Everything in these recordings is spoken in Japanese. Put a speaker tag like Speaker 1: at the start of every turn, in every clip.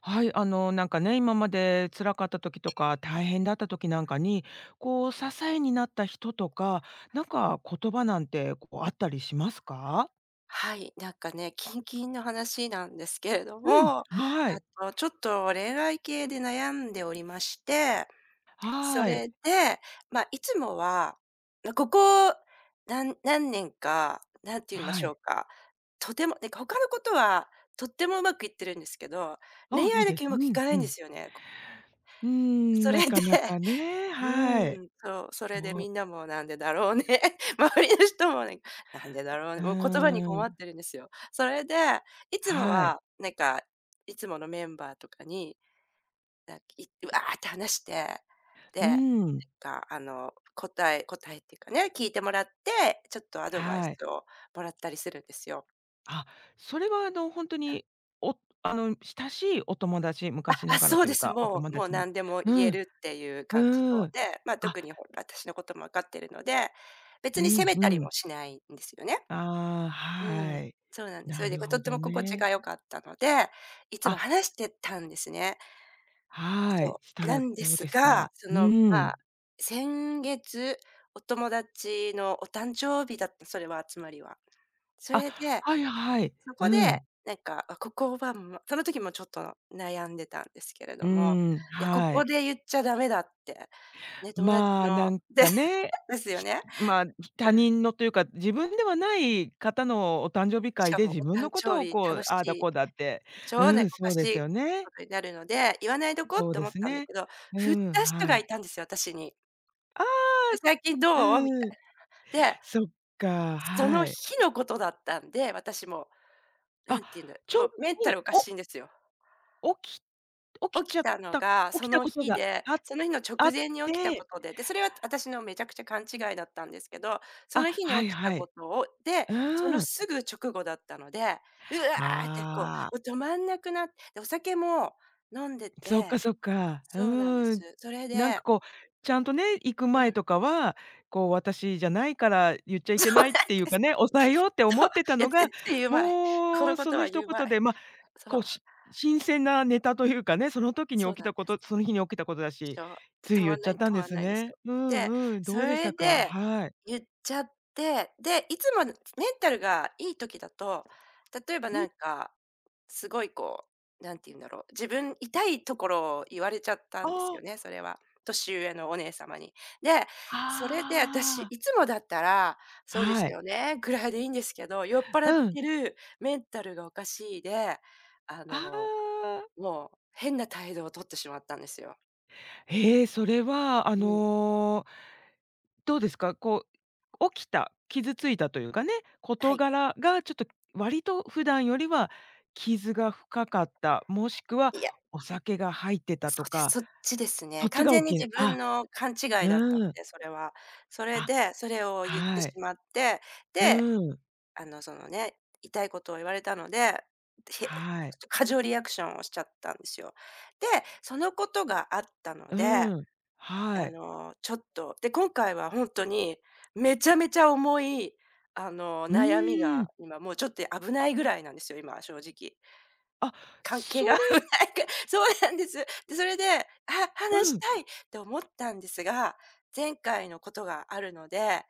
Speaker 1: はい、なんかね、今まで辛かった時とか、大変だった時なんかに、こう支えになった人とか、なんか言葉なんてこうあったりしますか？
Speaker 2: はい、なんかね、近々の話なんですけれど
Speaker 1: うん、
Speaker 2: も、あ
Speaker 1: はい。
Speaker 2: とちょっと恋愛系で悩んでおりまして、そ
Speaker 1: はい。
Speaker 2: れで、いつもは、ま、ここ、何年か、何て言いま
Speaker 1: は
Speaker 2: しょう
Speaker 1: い。
Speaker 2: か、とてもなんか他のことはとってもうまくいってるんですけど、
Speaker 1: あ、
Speaker 2: 恋
Speaker 1: いい
Speaker 2: 愛だ
Speaker 1: です。
Speaker 2: けうまくい
Speaker 1: うん、
Speaker 2: かな
Speaker 1: う
Speaker 2: いんで
Speaker 1: ん。
Speaker 2: すよね。
Speaker 1: うーん、
Speaker 2: そ
Speaker 1: な
Speaker 2: れで
Speaker 1: かなかね、は
Speaker 2: う
Speaker 1: い。
Speaker 2: そう、それで
Speaker 1: ど
Speaker 2: み
Speaker 1: う
Speaker 2: んなもなんでだろうね、周りの人もね、なんでだろうね、
Speaker 1: う
Speaker 2: もう言葉に
Speaker 1: ー
Speaker 2: 困っ
Speaker 1: ん、
Speaker 2: てるんですよ。それで、いつも
Speaker 1: はい。
Speaker 2: は、いつものメンバーとかに、なんか、いうわーって話して、で、
Speaker 1: うー
Speaker 2: なん
Speaker 1: ん、
Speaker 2: か、答えっていうかね、聞いてもらって、ちょっとアドバイス
Speaker 1: はい。
Speaker 2: をもらったりするんですよ。
Speaker 1: あ、それは本当に、お親しいお友達、昔ながら
Speaker 2: そう
Speaker 1: とい
Speaker 2: で
Speaker 1: う
Speaker 2: す。
Speaker 1: か、お
Speaker 2: も
Speaker 1: 友
Speaker 2: うもう
Speaker 1: 達なん、
Speaker 2: 何でも言え
Speaker 1: うん、
Speaker 2: るっていう感じの
Speaker 1: うん。
Speaker 2: で、ま、
Speaker 1: あ、
Speaker 2: 特にほら、私のことも分かってるので、別
Speaker 1: う
Speaker 2: に責
Speaker 1: ん
Speaker 2: め
Speaker 1: う
Speaker 2: たり
Speaker 1: ん。
Speaker 2: もしないんですよね。
Speaker 1: ああ、
Speaker 2: う
Speaker 1: は
Speaker 2: ん、
Speaker 1: い。
Speaker 2: そうなんです。そ
Speaker 1: な
Speaker 2: れで、
Speaker 1: る
Speaker 2: こう、とっ
Speaker 1: ほ
Speaker 2: て
Speaker 1: ど
Speaker 2: も心地が
Speaker 1: ね。
Speaker 2: 良かったので、いつも
Speaker 1: あ、
Speaker 2: 話してたんですね。
Speaker 1: はい。
Speaker 2: そ
Speaker 1: し
Speaker 2: う。
Speaker 1: た
Speaker 2: な
Speaker 1: ら
Speaker 2: んで
Speaker 1: どう
Speaker 2: す
Speaker 1: です
Speaker 2: が、
Speaker 1: か？
Speaker 2: そ
Speaker 1: う
Speaker 2: の、
Speaker 1: ー
Speaker 2: ま
Speaker 1: ん。
Speaker 2: あ、先月、お友達のお誕生日だった、それは集まりは。そ
Speaker 1: あ、
Speaker 2: れで、
Speaker 1: はいはい。
Speaker 2: そこ
Speaker 1: う
Speaker 2: で、
Speaker 1: ん。
Speaker 2: なんか、あ、ここは、まその時もちょっと悩んでたんですけれ
Speaker 1: う
Speaker 2: ども、
Speaker 1: ーん、
Speaker 2: いや、こ
Speaker 1: は
Speaker 2: こ
Speaker 1: い。
Speaker 2: で言っちゃダメだって、ね、友達
Speaker 1: まあ、な
Speaker 2: の
Speaker 1: ん
Speaker 2: で
Speaker 1: か
Speaker 2: す
Speaker 1: ね、
Speaker 2: ですよ
Speaker 1: ひ
Speaker 2: ね。
Speaker 1: まあ、
Speaker 2: う
Speaker 1: 他
Speaker 2: ん。
Speaker 1: 人のというか、自分ではない方のお誕生日
Speaker 2: し
Speaker 1: 会
Speaker 2: か
Speaker 1: で
Speaker 2: も
Speaker 1: 自
Speaker 2: お
Speaker 1: 分
Speaker 2: 誕
Speaker 1: のこ
Speaker 2: 生
Speaker 1: とを
Speaker 2: 日
Speaker 1: こ
Speaker 2: 楽
Speaker 1: う、
Speaker 2: し
Speaker 1: ああだ
Speaker 2: い
Speaker 1: こうだって、う
Speaker 2: 超ね、
Speaker 1: ん、
Speaker 2: お
Speaker 1: そ
Speaker 2: か
Speaker 1: う
Speaker 2: し
Speaker 1: です
Speaker 2: い
Speaker 1: よね。
Speaker 2: ことになるので、言わないどこ
Speaker 1: そ
Speaker 2: っ
Speaker 1: う
Speaker 2: て
Speaker 1: で
Speaker 2: 思っ
Speaker 1: す
Speaker 2: たんだ
Speaker 1: ね。
Speaker 2: けど、
Speaker 1: う
Speaker 2: 振っ
Speaker 1: ん、
Speaker 2: た人
Speaker 1: は
Speaker 2: が
Speaker 1: い。
Speaker 2: いたんですよ、私に。
Speaker 1: ああ、
Speaker 2: で、「最近どう？」みた
Speaker 1: う
Speaker 2: い
Speaker 1: ん。
Speaker 2: な。で、
Speaker 1: そっか、
Speaker 2: その
Speaker 1: はい。
Speaker 2: 日のことだったんで、私もな
Speaker 1: あ、
Speaker 2: んて言うんだ、
Speaker 1: ちょう
Speaker 2: もうメン
Speaker 1: ど
Speaker 2: タ
Speaker 1: い
Speaker 2: ル
Speaker 1: い。
Speaker 2: おかしいんですよ。
Speaker 1: 起き起き
Speaker 2: 起き
Speaker 1: ちゃっ
Speaker 2: たの
Speaker 1: た
Speaker 2: が
Speaker 1: 起
Speaker 2: そ
Speaker 1: きた
Speaker 2: の
Speaker 1: こと
Speaker 2: 日
Speaker 1: が
Speaker 2: で、
Speaker 1: あ
Speaker 2: その日の
Speaker 1: あ
Speaker 2: 直
Speaker 1: っ
Speaker 2: 前に起きたこ
Speaker 1: て、
Speaker 2: とで、で、それは私のめちゃくちゃ勘違いだったんですけど、そ
Speaker 1: あ、
Speaker 2: の日に
Speaker 1: はい
Speaker 2: 起きた
Speaker 1: は
Speaker 2: こ
Speaker 1: い。
Speaker 2: とをで、
Speaker 1: う
Speaker 2: その
Speaker 1: ーん。
Speaker 2: すぐ直後だったので、うわーってこ
Speaker 1: あ
Speaker 2: う、も
Speaker 1: あ、
Speaker 2: う止まんなくなって、で、お酒も飲んで
Speaker 1: そっ
Speaker 2: て
Speaker 1: かそっか。う
Speaker 2: そうなんで
Speaker 1: ーん。
Speaker 2: す。それ
Speaker 1: なん
Speaker 2: で
Speaker 1: かこう、ちゃんとね、行く
Speaker 2: う
Speaker 1: 前
Speaker 2: ん、
Speaker 1: とかは、こう私じゃないから言っちゃ いけ
Speaker 2: そう
Speaker 1: な
Speaker 2: な
Speaker 1: い
Speaker 2: ん
Speaker 1: っていう
Speaker 2: で
Speaker 1: か
Speaker 2: す。
Speaker 1: ね、抑えようって
Speaker 2: そ
Speaker 1: 思
Speaker 2: う、
Speaker 1: ってた
Speaker 2: いや、
Speaker 1: の
Speaker 2: 絶
Speaker 1: が、
Speaker 2: 対言うまい。こ
Speaker 1: も
Speaker 2: の
Speaker 1: う
Speaker 2: こ
Speaker 1: そ
Speaker 2: と
Speaker 1: の
Speaker 2: は
Speaker 1: 一
Speaker 2: 言うま
Speaker 1: 言で、
Speaker 2: い。
Speaker 1: ま、
Speaker 2: そ
Speaker 1: こう、
Speaker 2: う、
Speaker 1: 新鮮なネタというかね、その時に
Speaker 2: そう
Speaker 1: 起き
Speaker 2: なん
Speaker 1: たこ
Speaker 2: で
Speaker 1: と、
Speaker 2: す。
Speaker 1: その日に起きたことだ
Speaker 2: し
Speaker 1: し、
Speaker 2: ょ、
Speaker 1: つ
Speaker 2: 止
Speaker 1: い言
Speaker 2: ま
Speaker 1: っ
Speaker 2: ん
Speaker 1: ち
Speaker 2: な
Speaker 1: ゃ
Speaker 2: い
Speaker 1: ったん
Speaker 2: 止
Speaker 1: で
Speaker 2: まん
Speaker 1: す
Speaker 2: ないんですよ。
Speaker 1: ね。うん
Speaker 2: で、
Speaker 1: うん、
Speaker 2: そ
Speaker 1: どうでし
Speaker 2: れ
Speaker 1: たか？
Speaker 2: で
Speaker 1: はい。
Speaker 2: 言っちゃって、で、いつもメンタルがいい時だと、例えば
Speaker 1: うん、
Speaker 2: なんか、すごいこう、なんて言うんだろう、自分痛いところを言われちゃった
Speaker 1: あ
Speaker 2: んですよね、
Speaker 1: あ。
Speaker 2: それは。年上のお姉様に。で、それで私、
Speaker 1: ああ。
Speaker 2: いつもだったら、そうです
Speaker 1: はい。
Speaker 2: よね、ぐらいでいいんですけど、酔っ払っ
Speaker 1: うん。
Speaker 2: てる、メンタルがおかしいで、あ
Speaker 1: あ
Speaker 2: の、
Speaker 1: あ。
Speaker 2: もう変な態度を取ってしまったんですよ。
Speaker 1: ええ、それは、
Speaker 2: うん。
Speaker 1: どうですか？こう、起きた、傷ついたというかね、
Speaker 2: は
Speaker 1: 事
Speaker 2: い。
Speaker 1: 柄がちょっと割と普段よりは傷が深かった、もしくは
Speaker 2: いや、
Speaker 1: お酒が入ってた
Speaker 2: そ
Speaker 1: と
Speaker 2: うです、
Speaker 1: か、
Speaker 2: そっちです
Speaker 1: そ
Speaker 2: ね。
Speaker 1: っち
Speaker 2: 完
Speaker 1: が大
Speaker 2: 全に
Speaker 1: きいね。
Speaker 2: 自
Speaker 1: あ、
Speaker 2: 分の勘違いだったの
Speaker 1: うん。
Speaker 2: で、それは。それ
Speaker 1: あ、
Speaker 2: で、それを言って
Speaker 1: はい。
Speaker 2: しまって、
Speaker 1: う
Speaker 2: で、
Speaker 1: ん。
Speaker 2: あの、そのね、痛いことを言われたので、へ
Speaker 1: はい。
Speaker 2: 過剰リアクションをしちゃったんですよ。で、そのことがあったの
Speaker 1: う
Speaker 2: で、
Speaker 1: ん。
Speaker 2: あ
Speaker 1: はい。
Speaker 2: の、ちょっと、で、今回は本当にめちゃめちゃ重い、あの、
Speaker 1: う
Speaker 2: 悩み
Speaker 1: ー
Speaker 2: が
Speaker 1: ん。
Speaker 2: 今もうちょっと危ないぐらいなんですよ、今、正直。
Speaker 1: あ、
Speaker 2: 関係
Speaker 1: そ
Speaker 2: が危な
Speaker 1: れ
Speaker 2: いか そうなんです。で、それで、あ、話
Speaker 1: う
Speaker 2: し
Speaker 1: ん。
Speaker 2: たいって思ったんですが、前回のことがあるので、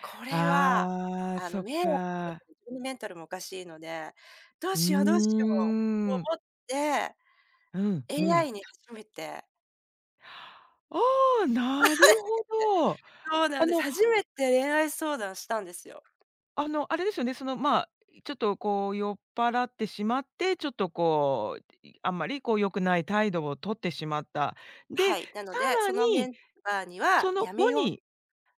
Speaker 2: これは、
Speaker 1: ああ、
Speaker 2: あの、
Speaker 1: そっ
Speaker 2: 迷惑か
Speaker 1: か。
Speaker 2: ける自分のメンタルもおかしいので、どう
Speaker 1: う
Speaker 2: しようどうしよ
Speaker 1: ー
Speaker 2: うと思
Speaker 1: ん。
Speaker 2: って、
Speaker 1: うんうん。
Speaker 2: AI に初めて
Speaker 1: ああ、なるほど。
Speaker 2: そうなん
Speaker 1: あ
Speaker 2: です。
Speaker 1: の
Speaker 2: 初めて恋愛相談したんですよ。
Speaker 1: あの、あれですよね、その、まあ、ちょっとこう酔っ払ってしまって、ちょっとこう、あんまりこう良くない態度を取ってしまった。で、
Speaker 2: はい、なの
Speaker 1: さ
Speaker 2: で、
Speaker 1: ら
Speaker 2: そのメ
Speaker 1: に
Speaker 2: ンバーに
Speaker 1: そ
Speaker 2: は
Speaker 1: の
Speaker 2: 「やめ
Speaker 1: 後
Speaker 2: よう」
Speaker 1: に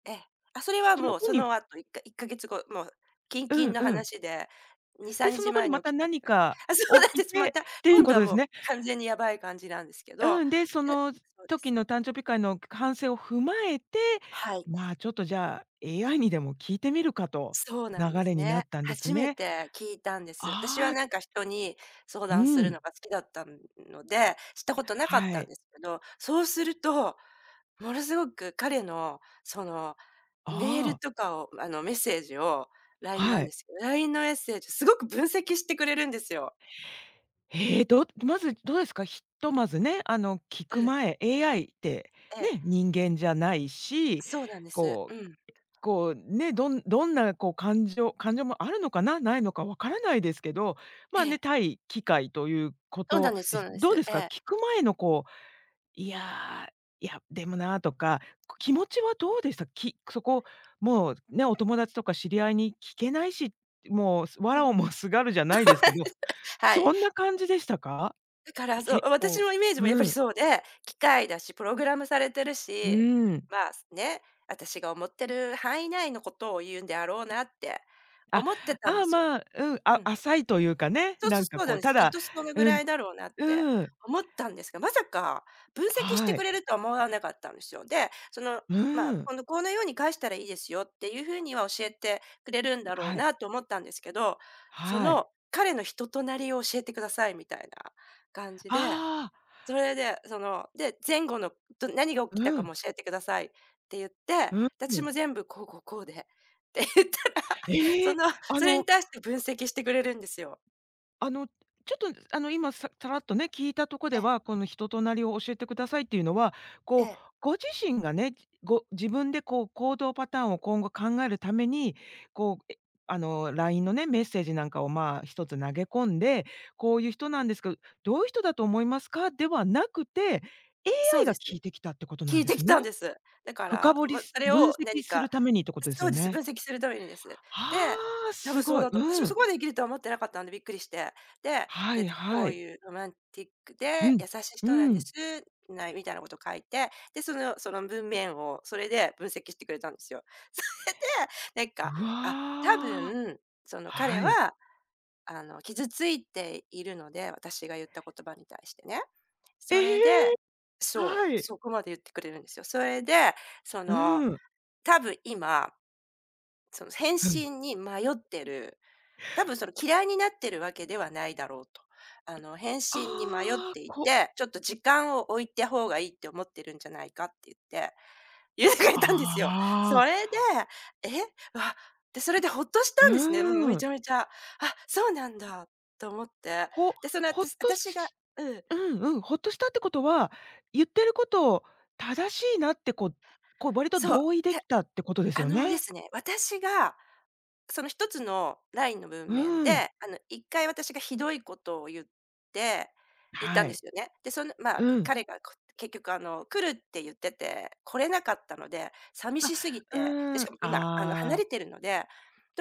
Speaker 2: ええ。あ、それは
Speaker 1: その
Speaker 2: もう
Speaker 1: 後
Speaker 2: そ
Speaker 1: に、
Speaker 2: の後、1ヶ月後、もう近
Speaker 1: う
Speaker 2: 々
Speaker 1: ん
Speaker 2: の
Speaker 1: うん。
Speaker 2: 話で、2、3
Speaker 1: で、その後
Speaker 2: 日
Speaker 1: に
Speaker 2: 前に
Speaker 1: また
Speaker 2: 起きたって
Speaker 1: 何
Speaker 2: か
Speaker 1: か
Speaker 2: あ、そうなん
Speaker 1: 起
Speaker 2: で
Speaker 1: き
Speaker 2: す。ま
Speaker 1: て
Speaker 2: た、
Speaker 1: っていう
Speaker 2: 今度
Speaker 1: こと
Speaker 2: は
Speaker 1: で
Speaker 2: も
Speaker 1: す
Speaker 2: う
Speaker 1: ね。
Speaker 2: 完全にやばい感じなんですけど、
Speaker 1: うん、で、そ
Speaker 2: え
Speaker 1: の
Speaker 2: そうで
Speaker 1: 時
Speaker 2: す。
Speaker 1: の誕生日会の反省を踏まえて、
Speaker 2: はい、
Speaker 1: まあ、ちょっとじゃあ、AI にでも聞いてみるかと、
Speaker 2: そうなんで
Speaker 1: 流
Speaker 2: す
Speaker 1: れになっ
Speaker 2: ね。
Speaker 1: たんです
Speaker 2: 初め
Speaker 1: ね。
Speaker 2: て聞いたんです。私は
Speaker 1: ああ、
Speaker 2: なんか人に相
Speaker 1: う
Speaker 2: 談する
Speaker 1: ん、
Speaker 2: のが好きだったので、したことなかっ
Speaker 1: は
Speaker 2: たん
Speaker 1: い。
Speaker 2: ですけど、そうするとものすごく彼のそのメール
Speaker 1: ああ、
Speaker 2: とかを、あの、メッセージを LINE な
Speaker 1: は
Speaker 2: んで
Speaker 1: い。
Speaker 2: すけど、LINE のメッセージすごく分析してくれるんですよ。
Speaker 1: へえ、まずどうですか？ひとまずね、聞
Speaker 2: う
Speaker 1: く
Speaker 2: ん。
Speaker 1: 前、AI って
Speaker 2: ええ、
Speaker 1: ね、人間じゃないし、
Speaker 2: そうなんです。
Speaker 1: こ
Speaker 2: う
Speaker 1: う
Speaker 2: ん。
Speaker 1: こうね、どんどんなこう感情もあるのかな、ないのかわからないですけど、ま
Speaker 2: え
Speaker 1: あね、
Speaker 2: え。
Speaker 1: 対機械というこ
Speaker 2: そうな
Speaker 1: と
Speaker 2: んです
Speaker 1: で
Speaker 2: そう
Speaker 1: す。
Speaker 2: なんで
Speaker 1: ど
Speaker 2: す。
Speaker 1: うです
Speaker 2: え
Speaker 1: か？
Speaker 2: え。
Speaker 1: 聞く前のこう、いや、いや、でもなとか、気持ちはどうでした？そこ、もうね、お友達とか知り合いに聞けないし、もう
Speaker 2: う
Speaker 1: 藁
Speaker 2: ん。
Speaker 1: をもすがるじゃないですけど、
Speaker 2: はい。
Speaker 1: そんな感じでしたか？
Speaker 2: だからそう、
Speaker 1: 結
Speaker 2: 私
Speaker 1: 構
Speaker 2: のイメージもやっぱ
Speaker 1: う
Speaker 2: り
Speaker 1: ん、
Speaker 2: そうで、機械だし、プログラムされてる
Speaker 1: う
Speaker 2: し、
Speaker 1: ん。
Speaker 2: まあ、ね、私が思ってる範囲内のことを言うんであろうなって
Speaker 1: あ、
Speaker 2: 思ってたん
Speaker 1: あ
Speaker 2: で
Speaker 1: あ、
Speaker 2: すよ。
Speaker 1: まあ、うん、
Speaker 2: うん。
Speaker 1: 浅いというかね、なんか
Speaker 2: そうな
Speaker 1: こ
Speaker 2: ん
Speaker 1: う、
Speaker 2: で
Speaker 1: た
Speaker 2: す。きっ
Speaker 1: だ、
Speaker 2: とそれぐ
Speaker 1: う
Speaker 2: ら
Speaker 1: ん
Speaker 2: いだろうなって
Speaker 1: うん。
Speaker 2: 思ったんですが、まさか分析して
Speaker 1: は
Speaker 2: く
Speaker 1: い。
Speaker 2: れるとは思わなかったんですよ。で、その、
Speaker 1: う
Speaker 2: まあ、
Speaker 1: ん。
Speaker 2: 今度このように返したらいいですよっていう風には教えてくれるんだろう
Speaker 1: はい。
Speaker 2: なと思ったんですけど、そ
Speaker 1: は
Speaker 2: の
Speaker 1: い。
Speaker 2: 彼の人となりを教えてくださいみたいな感じで、
Speaker 1: ああ、
Speaker 2: それで、その、で、前後の何が起きた
Speaker 1: う
Speaker 2: か
Speaker 1: ん。
Speaker 2: も教えてくださいって言って、
Speaker 1: う
Speaker 2: 私
Speaker 1: ん。
Speaker 2: も全部こうこうこうでって言ったら、
Speaker 1: え
Speaker 2: そ
Speaker 1: え、
Speaker 2: の、
Speaker 1: あ
Speaker 2: それに
Speaker 1: の
Speaker 2: 対して分析してくれるんですよ。
Speaker 1: あの、ちょっと、今さらっとね、聞いたとこでは、この人となりを教えてくださいっていうのは、
Speaker 2: え
Speaker 1: こう、
Speaker 2: え、
Speaker 1: ご自身がね、ご自分でこう行動パターンを今後考えるために、こう、LINE のね、メッセージなんかを、まあ、1つ投げ込んで、こういう人なんですけど、どういう人だと思いますか？ではなくて、
Speaker 2: そう
Speaker 1: AI
Speaker 2: で
Speaker 1: が
Speaker 2: す。
Speaker 1: 聞いてきたってことな
Speaker 2: 聞
Speaker 1: ん
Speaker 2: い
Speaker 1: で
Speaker 2: て
Speaker 1: す
Speaker 2: き
Speaker 1: ね。
Speaker 2: たんです。だか
Speaker 1: 深
Speaker 2: ら、
Speaker 1: 掘り
Speaker 2: ま、
Speaker 1: す
Speaker 2: それ
Speaker 1: 分
Speaker 2: を何
Speaker 1: 析す
Speaker 2: か
Speaker 1: るためにってことです
Speaker 2: そう
Speaker 1: よ
Speaker 2: です、
Speaker 1: ね。
Speaker 2: 分析するためにです。で、
Speaker 1: ああ、
Speaker 2: 多
Speaker 1: す
Speaker 2: 分そう
Speaker 1: ごい。
Speaker 2: だと。私
Speaker 1: う
Speaker 2: もそ
Speaker 1: ん。
Speaker 2: こまで生きるとは思ってなかったんでびっくりして。で、
Speaker 1: は
Speaker 2: で、
Speaker 1: い
Speaker 2: こ
Speaker 1: は
Speaker 2: う
Speaker 1: い。
Speaker 2: いうロマンティック
Speaker 1: う
Speaker 2: で
Speaker 1: ん。
Speaker 2: 優しい人な
Speaker 1: う
Speaker 2: んで
Speaker 1: ん。
Speaker 2: す、ないみたいなこと書いて、で、その文面をそれで分析してくれたんですよ。それで、な
Speaker 1: う
Speaker 2: んか、あ、多
Speaker 1: わ。
Speaker 2: 分、その彼
Speaker 1: は
Speaker 2: は、
Speaker 1: い。
Speaker 2: あの、傷ついているので、私が言った言葉に対してね。
Speaker 1: え
Speaker 2: それで
Speaker 1: え、
Speaker 2: そ
Speaker 1: は
Speaker 2: う、
Speaker 1: い。
Speaker 2: そこまで言ってくれるんですよ。それで、そ
Speaker 1: う
Speaker 2: の、
Speaker 1: ん。
Speaker 2: 多分今、その返
Speaker 1: うん。
Speaker 2: 信に迷ってる、多分その嫌いになってるわけではないだろうと。あの、返信に迷っ
Speaker 1: ああ、
Speaker 2: ていて、ちょっと時間を置いた方がいいって思ってるんじゃないかって言って、言ってくれたんですよ。
Speaker 1: あ
Speaker 2: そ
Speaker 1: あ、
Speaker 2: れで、え、わ、で、それでほっとしたんですね。もう
Speaker 1: う
Speaker 2: めち
Speaker 1: ん。
Speaker 2: ゃめちゃ。あ、そうなんだと思って。
Speaker 1: ほ
Speaker 2: で、その
Speaker 1: ほっ
Speaker 2: 私
Speaker 1: と
Speaker 2: 私が
Speaker 1: し
Speaker 2: うん、
Speaker 1: うんうん、ほっとしたってことは、言ってることを正しいなってこう割と
Speaker 2: そう。
Speaker 1: 同意で
Speaker 2: て
Speaker 1: きたってことです
Speaker 2: あ
Speaker 1: よ
Speaker 2: ので
Speaker 1: ね。
Speaker 2: すね、私がその一つのラインの文面
Speaker 1: うん。
Speaker 2: で、あの一回私がひどいことをて言った
Speaker 1: は
Speaker 2: んで
Speaker 1: い。
Speaker 2: すよね。で、その、まあ、
Speaker 1: うん。
Speaker 2: 彼が結局あの来るって言ってて、来れなかったので、寂
Speaker 1: あ、
Speaker 2: しすぎて、で、
Speaker 1: うーん、
Speaker 2: し
Speaker 1: あ
Speaker 2: かも今あの離れ
Speaker 1: あ、
Speaker 2: てるので、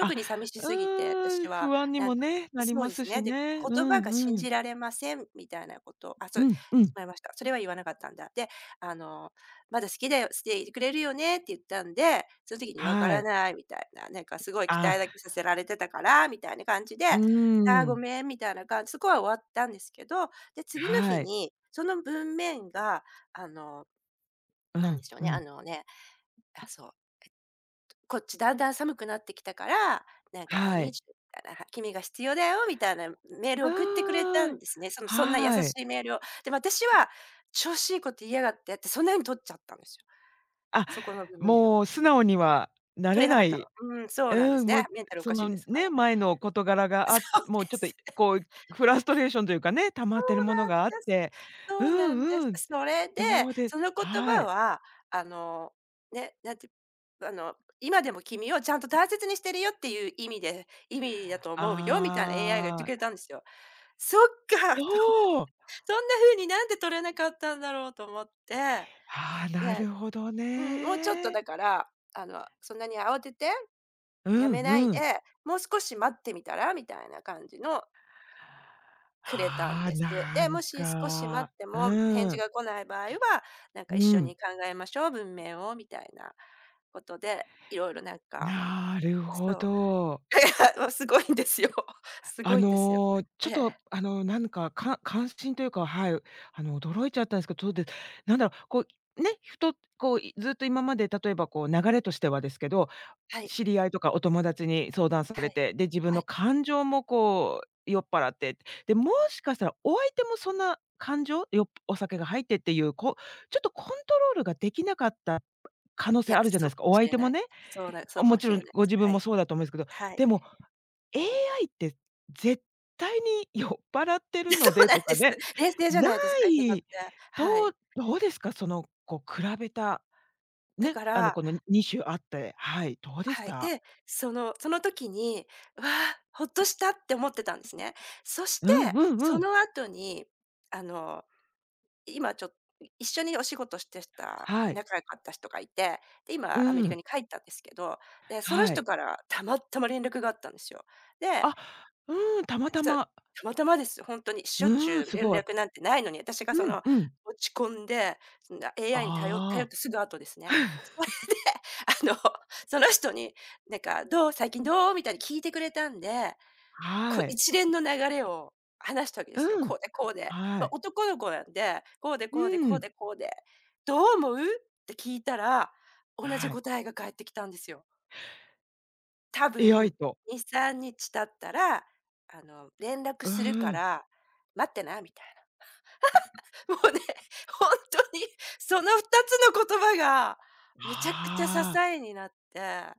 Speaker 1: あ、
Speaker 2: に寂しすぎて、
Speaker 1: うー
Speaker 2: 私
Speaker 1: ん、
Speaker 2: は
Speaker 1: 不安に
Speaker 2: なん
Speaker 1: も
Speaker 2: か
Speaker 1: ね、なり
Speaker 2: そう
Speaker 1: ま
Speaker 2: で
Speaker 1: す
Speaker 2: すね。
Speaker 1: し
Speaker 2: で、
Speaker 1: ね。う
Speaker 2: 言葉が信
Speaker 1: んうん。
Speaker 2: じられませんみたいなことをあ、そ
Speaker 1: う
Speaker 2: う、
Speaker 1: んう
Speaker 2: し
Speaker 1: ん。
Speaker 2: まいました。それは言わなかったんだ。で、あの「まだ好きだよ、していてくれるよね」って言ったんで、その時に「わか
Speaker 1: は
Speaker 2: ら
Speaker 1: い。
Speaker 2: ない」みたいな、なんかすごい期
Speaker 1: あ、
Speaker 2: 待だけさせられてたから、みたいな感じで、
Speaker 1: う
Speaker 2: 「あ
Speaker 1: ー
Speaker 2: あ、ご
Speaker 1: ん。
Speaker 2: めん」みたいな感じ、そこは終わったんですけど、で、次の日
Speaker 1: はい。
Speaker 2: にその文面が、あの、
Speaker 1: う
Speaker 2: なんで
Speaker 1: ん
Speaker 2: しょう
Speaker 1: う
Speaker 2: ね、あ
Speaker 1: ん。
Speaker 2: のね、あ、そう、「こっちだんだん寒くなってきたから、なんか I need
Speaker 1: は
Speaker 2: you」
Speaker 1: い。
Speaker 2: みたいな、「君が必要だよ」みたいなメールを
Speaker 1: あ
Speaker 2: 送ってくれたん
Speaker 1: あ、
Speaker 2: ですね。そのそんな優
Speaker 1: は
Speaker 2: し
Speaker 1: い。
Speaker 2: いメールを。で、私は、調子いいこと言いやがってって、そんなに取っちゃったんですよ。
Speaker 1: あ、
Speaker 2: そこの文面を。
Speaker 1: もう素直にはな
Speaker 2: 取
Speaker 1: れ
Speaker 2: れなか
Speaker 1: な
Speaker 2: ったの。
Speaker 1: い。
Speaker 2: うん、そうなんで
Speaker 1: う
Speaker 2: す
Speaker 1: ん、も
Speaker 2: ね。
Speaker 1: う、
Speaker 2: メンタルお
Speaker 1: そ
Speaker 2: かしい
Speaker 1: の
Speaker 2: ですか
Speaker 1: ね、
Speaker 2: ら。
Speaker 1: 前の事柄 が
Speaker 2: そう
Speaker 1: も
Speaker 2: で
Speaker 1: うちょっと
Speaker 2: す。
Speaker 1: こうフラストレーションというかね、溜まってるものがあっ て、う
Speaker 2: そうなんで
Speaker 1: ん
Speaker 2: す。
Speaker 1: うん、
Speaker 2: それで、
Speaker 1: どうで
Speaker 2: その言
Speaker 1: は
Speaker 2: 葉
Speaker 1: い。
Speaker 2: は、あの、ね、なんて今でも君をちゃんと大切にしてるよっていう意味で意味だと思うよみたいな AI が言ってく
Speaker 1: あ
Speaker 2: れた
Speaker 1: あ、
Speaker 2: んですよ。そっか
Speaker 1: お
Speaker 2: と、そ
Speaker 1: お、
Speaker 2: んな風になんで取れなかったんだろうと思って、
Speaker 1: ああ、なる
Speaker 2: で、
Speaker 1: ほど
Speaker 2: うん、もうちょっと
Speaker 1: ね。
Speaker 2: だから、そんなに慌てて、
Speaker 1: う
Speaker 2: や
Speaker 1: ん
Speaker 2: めない
Speaker 1: うん。
Speaker 2: で、もう少し待ってみたらみたいな感じのくれたん
Speaker 1: ああ、
Speaker 2: です。
Speaker 1: な
Speaker 2: で、も
Speaker 1: ん
Speaker 2: し少し待
Speaker 1: か、
Speaker 2: っても返
Speaker 1: う
Speaker 2: 事
Speaker 1: ん、
Speaker 2: が来ない場合は、なんか一緒
Speaker 1: う
Speaker 2: に
Speaker 1: ん、
Speaker 2: 考えましょう、文面をみたいなことで、いろいろなんか、
Speaker 1: なる
Speaker 2: そ
Speaker 1: ほ
Speaker 2: う。
Speaker 1: ど。
Speaker 2: いや、すごいんですよ。すごいんですよ。
Speaker 1: ちょ
Speaker 2: え
Speaker 1: っ
Speaker 2: え、
Speaker 1: と、なんか、関心というか、はい、驚いちゃったんですけど、そうで、なんだろう、こう、ね、ふと、こう、ずっと今まで例えばこう流れとしてはですけど、
Speaker 2: はい、
Speaker 1: 知り合いとかお友達に相談さ
Speaker 2: は
Speaker 1: れ
Speaker 2: い、
Speaker 1: て、で、自分
Speaker 2: は
Speaker 1: の
Speaker 2: い。
Speaker 1: 感情もこう酔っ払って、で、もしかしたらお相手もそんな感情、お酒が入ってっていう、こうちょっとコントロールができなかった可能
Speaker 2: い
Speaker 1: 性
Speaker 2: や、
Speaker 1: あるじゃな
Speaker 2: そ
Speaker 1: いで
Speaker 2: う
Speaker 1: す
Speaker 2: か
Speaker 1: か、
Speaker 2: も
Speaker 1: お
Speaker 2: し
Speaker 1: 相
Speaker 2: れ
Speaker 1: 手
Speaker 2: な
Speaker 1: も
Speaker 2: い。
Speaker 1: ね。
Speaker 2: そうなそうか
Speaker 1: も
Speaker 2: もし
Speaker 1: ち
Speaker 2: れ
Speaker 1: ろん
Speaker 2: ないで
Speaker 1: ご
Speaker 2: す。
Speaker 1: 自分
Speaker 2: は
Speaker 1: も
Speaker 2: い、
Speaker 1: そうだと思うんですけど、
Speaker 2: はい。
Speaker 1: でも AI って絶対に酔っ払って る
Speaker 2: そ
Speaker 1: の
Speaker 2: う
Speaker 1: で
Speaker 2: なん
Speaker 1: と
Speaker 2: で
Speaker 1: か
Speaker 2: す。
Speaker 1: ね、
Speaker 2: 冷静じゃ
Speaker 1: な
Speaker 2: ないですか、いただって。
Speaker 1: いと、
Speaker 2: はい。
Speaker 1: どうですか？その、こう比べた、
Speaker 2: だ
Speaker 1: ね、
Speaker 2: から
Speaker 1: この2種あって、はい、どうでし
Speaker 2: はい。
Speaker 1: た？
Speaker 2: で、その時に、わあ、ほっとしたって思ってたんですね。そし
Speaker 1: う
Speaker 2: て、
Speaker 1: んうんう
Speaker 2: そ
Speaker 1: ん。
Speaker 2: の後に、あの、今ちょっと一緒にお仕事してた
Speaker 1: はい。
Speaker 2: 仲良かった人がいて、で、
Speaker 1: う
Speaker 2: 今アメリカ
Speaker 1: ん。
Speaker 2: に帰ったんですけど、で、その
Speaker 1: は
Speaker 2: 人
Speaker 1: い。
Speaker 2: からたまたま連絡があったんですよ。で、
Speaker 1: あ、うん、たまた
Speaker 2: そう、
Speaker 1: ま。
Speaker 2: たまたまですよ、本当に。しょっち
Speaker 1: う
Speaker 2: ゅ
Speaker 1: ん、
Speaker 2: う
Speaker 1: す
Speaker 2: 連
Speaker 1: ごい。
Speaker 2: 絡なんてないのに、私がそ
Speaker 1: うん
Speaker 2: の
Speaker 1: うん。
Speaker 2: 落ち込んで、そんな AI に頼っ
Speaker 1: あ
Speaker 2: てすぐ後です
Speaker 1: あ。
Speaker 2: ね。あの、その人に、なんか、どう最近どうみたいに聞いてくれたんで、こ
Speaker 1: は
Speaker 2: う
Speaker 1: い。
Speaker 2: 一連の流れを話したわけですよ。
Speaker 1: うん。
Speaker 2: こうでこうで。
Speaker 1: は
Speaker 2: ま、
Speaker 1: い。
Speaker 2: 男の子なんで、こうで
Speaker 1: う
Speaker 2: こうでこう
Speaker 1: ん。
Speaker 2: でこうで、どう思う？って聞いたら、同じ
Speaker 1: はい。
Speaker 2: 答えが返ってきたんですよ。多
Speaker 1: AI
Speaker 2: 分、
Speaker 1: と。
Speaker 2: 2、3日経ったら、連絡
Speaker 1: う
Speaker 2: するか
Speaker 1: ん。
Speaker 2: ら待ってなみたいな。もうね、ほんとにその2つの言葉がめちゃくちゃ支
Speaker 1: ああ。
Speaker 2: えになって。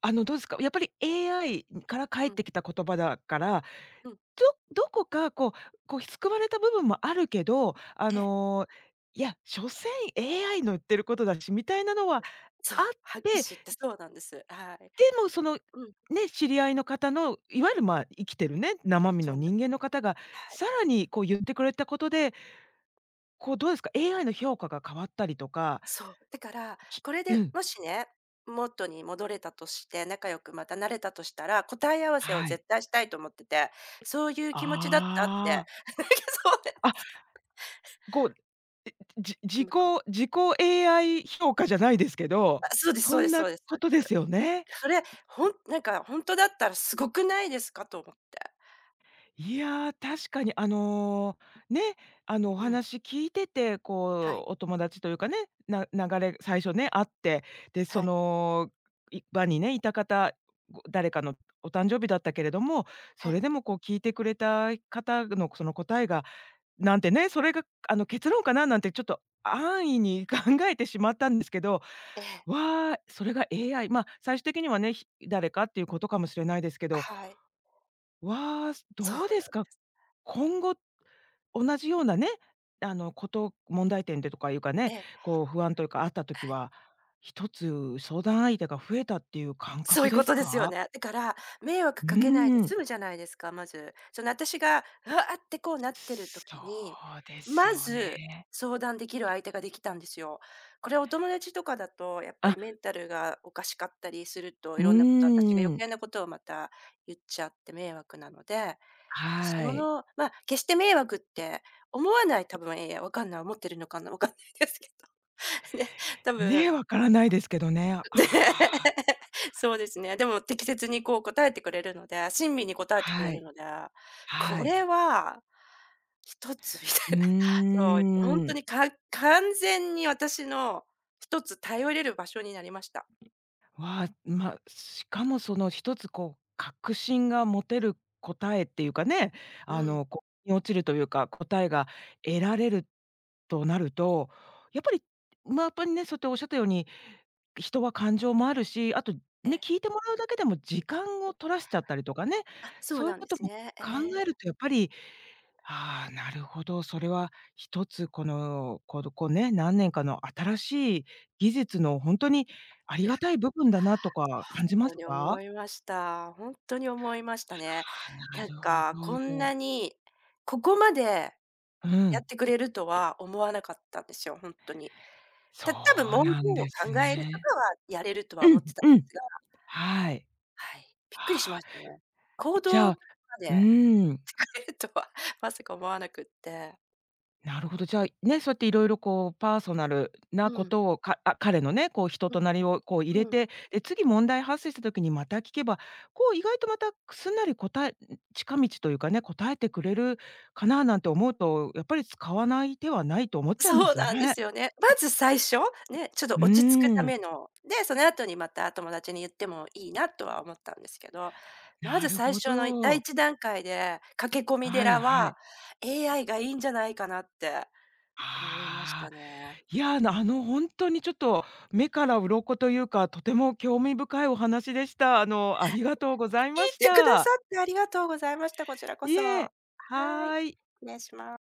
Speaker 1: どうですか、やっぱり AI から返
Speaker 2: う
Speaker 1: っ
Speaker 2: ん、
Speaker 1: てきた言葉だから、
Speaker 2: うん、
Speaker 1: どこかこう救われた部分もあるけど、
Speaker 2: ええ。
Speaker 1: いや、所詮 AI の言ってることだしみたいなのは
Speaker 2: そう、
Speaker 1: あっ
Speaker 2: ハキッ
Speaker 1: て、
Speaker 2: シュってそうなんです。はい。
Speaker 1: でも、その、
Speaker 2: うん、
Speaker 1: ね、知り合いの方の、いわゆる、まあ、生きてるね、生身
Speaker 2: そ
Speaker 1: の
Speaker 2: うなん
Speaker 1: 人間の方が、
Speaker 2: はい。
Speaker 1: さらにこう言ってくれたことで、こうどうですか、AI の評価が変わったりとか、
Speaker 2: そう、だから、
Speaker 1: き
Speaker 2: これ
Speaker 1: う
Speaker 2: で
Speaker 1: ん、
Speaker 2: もしね、元に戻れたとして、仲良くまたなれたとしたら、答え合わせを
Speaker 1: はい。
Speaker 2: 絶対したいと思ってて、そういう気持ちだったっ
Speaker 1: あ
Speaker 2: て、
Speaker 1: あ。
Speaker 2: そうなんで
Speaker 1: あ、
Speaker 2: す。
Speaker 1: こう、え、じ自
Speaker 2: 向
Speaker 1: 己
Speaker 2: こう
Speaker 1: 自己 AI 評価じゃないですけど、
Speaker 2: あ、そうです、そ
Speaker 1: そ
Speaker 2: うで
Speaker 1: ん
Speaker 2: す、そ
Speaker 1: な
Speaker 2: うです、そ
Speaker 1: こ
Speaker 2: うで
Speaker 1: と
Speaker 2: す。
Speaker 1: ですよね。
Speaker 2: それ、ほんなんか本当だったらすごくないですかと思って。
Speaker 1: いやー、確かにね、お
Speaker 2: うん、
Speaker 1: 話聞いてて、
Speaker 2: は
Speaker 1: こ
Speaker 2: い、
Speaker 1: う、お友達というかね、流れ最初ね、あって、で、そ
Speaker 2: はい、
Speaker 1: の、場にね、いた方、誰かのお誕生日だったけれども、
Speaker 2: は
Speaker 1: それ
Speaker 2: い、
Speaker 1: でもこう聞いてくれた方のその答えが、なんてね、それが結論かななんてちょっと安易に 考えてしまったんですけど、
Speaker 2: ええ、
Speaker 1: わあ、それが AI、ま、最終的にはね、誰かっていうことかもしれないですけど、
Speaker 2: はい。
Speaker 1: わあ、
Speaker 2: そう
Speaker 1: どうです
Speaker 2: だ、
Speaker 1: か？今後、同じようなね、問題点でとかいうかね、
Speaker 2: ええ、
Speaker 1: こう不安というかあった時
Speaker 2: はい。
Speaker 1: は、一つ相談相手が増えたっていう感
Speaker 2: そう
Speaker 1: 覚
Speaker 2: いう
Speaker 1: で
Speaker 2: こ
Speaker 1: す
Speaker 2: とですよ
Speaker 1: か？
Speaker 2: ね。だから、迷惑
Speaker 1: う
Speaker 2: かけないで
Speaker 1: ーん。
Speaker 2: 済むじゃないですか、まず。その私が、うわあってこうなってる
Speaker 1: そ
Speaker 2: 時に、
Speaker 1: うです
Speaker 2: ま
Speaker 1: よね。
Speaker 2: ず相談できる相手ができたんですよ。これお友達とかだと、やっぱり
Speaker 1: あ、
Speaker 2: メンタルがおかしかったりすると、い
Speaker 1: う
Speaker 2: ろんなこと、私が余
Speaker 1: ーん。
Speaker 2: 計なことをまた言っちゃって迷惑なので、
Speaker 1: は
Speaker 2: そ
Speaker 1: い。
Speaker 2: の、ま、あ決して迷惑って思わない多分、ええ、わかんない、思ってるのかな、わかんないですけど。ね、多分
Speaker 1: ね、わからないですけどね。ああ。
Speaker 2: そうですね。でも適切にこう答えてくれるので、親身に答えてくれ
Speaker 1: は
Speaker 2: る
Speaker 1: い、
Speaker 2: ので、こ
Speaker 1: はい。
Speaker 2: れは一つみ
Speaker 1: う
Speaker 2: たいな、そう、ほん
Speaker 1: ー
Speaker 2: と
Speaker 1: ん。
Speaker 2: にか完全に私の一つ頼れる場所になりました。
Speaker 1: わあ、まあ、しかもその一つこう確信が持てる答えっていうかね、
Speaker 2: うん。
Speaker 1: こう、腑に落ちるというか、答えが得られるとなると、やっぱり、ま、やっぱりね、そうやっておっしゃったように、人は感情もあるし、あとね、
Speaker 2: え
Speaker 1: 聞
Speaker 2: え。
Speaker 1: いてもらうだけでも時間を取らしちゃったりとかね、
Speaker 2: あ、そう
Speaker 1: そういう
Speaker 2: なん
Speaker 1: こ
Speaker 2: で
Speaker 1: と
Speaker 2: す
Speaker 1: も
Speaker 2: ね。え
Speaker 1: 考
Speaker 2: え。
Speaker 1: えるとやっぱりああ、なるほど。それは一つこの、こうね、何年かの新しい技術のほんとにあ
Speaker 2: い
Speaker 1: り
Speaker 2: や、
Speaker 1: がたい部分だなとか
Speaker 2: ほ
Speaker 1: 感じま
Speaker 2: んと
Speaker 1: す
Speaker 2: に
Speaker 1: か？あ
Speaker 2: 思いました。ほんとに思いましたね。
Speaker 1: あ、な
Speaker 2: なん
Speaker 1: るほ
Speaker 2: かこんな
Speaker 1: ど。
Speaker 2: に、ここまで
Speaker 1: う
Speaker 2: や
Speaker 1: ん。
Speaker 2: ってくれるとは思わなかったんですよ、ほんとに。
Speaker 1: そ
Speaker 2: 多分
Speaker 1: う
Speaker 2: 文
Speaker 1: な
Speaker 2: 言
Speaker 1: ん
Speaker 2: を
Speaker 1: です
Speaker 2: 考えると
Speaker 1: ね。
Speaker 2: かはやれるとは
Speaker 1: う
Speaker 2: 思っ
Speaker 1: ん、
Speaker 2: てたんで
Speaker 1: うん。
Speaker 2: すが、
Speaker 1: はい。
Speaker 2: はい、びっくりし
Speaker 1: あ
Speaker 2: ま
Speaker 1: あ、
Speaker 2: したね。行
Speaker 1: じゃ
Speaker 2: 動
Speaker 1: あ
Speaker 2: まで
Speaker 1: う
Speaker 2: 変
Speaker 1: ーん。
Speaker 2: える とはまさか思わなくって。
Speaker 1: なるほど、じゃあ、ね、そうやっていろいろこうパーソナルな
Speaker 2: う
Speaker 1: こ
Speaker 2: ん、
Speaker 1: とを、彼のね、こう人
Speaker 2: う
Speaker 1: となりをこう入れ
Speaker 2: ん、うん。
Speaker 1: て、で、次問題発生した時にまた聞けば、こう意外とまたすんなり近道というかね、答えてくれるかななんて思うと、やっぱり使わない手はないと思っちゃいま
Speaker 2: そう
Speaker 1: す
Speaker 2: なんで
Speaker 1: ね。
Speaker 2: すよね。まず最初、ね、ちょっと
Speaker 1: う
Speaker 2: 落ち着くた
Speaker 1: ーん、
Speaker 2: めの、で、その後にまた友達に言ってもいいなとは思ったんですけど、ま
Speaker 1: な
Speaker 2: ず
Speaker 1: る
Speaker 2: 最
Speaker 1: ほ
Speaker 2: 初の第
Speaker 1: ど。
Speaker 2: 一段階で駆け込み
Speaker 1: はい
Speaker 2: 寺
Speaker 1: は
Speaker 2: は
Speaker 1: い。
Speaker 2: AI がいいんじゃないかなって思いまし
Speaker 1: あ
Speaker 2: た
Speaker 1: あ、
Speaker 2: ね。
Speaker 1: いや、ほんにちょっと目から鱗というか、とても興味深いお話でした。ありがとうご
Speaker 2: 聞い
Speaker 1: ざいまし
Speaker 2: てくださ
Speaker 1: た。
Speaker 2: ってありがとうございました。こちらこ
Speaker 1: い
Speaker 2: そ。は
Speaker 1: え、は
Speaker 2: い。
Speaker 1: ーい。
Speaker 2: 失礼します。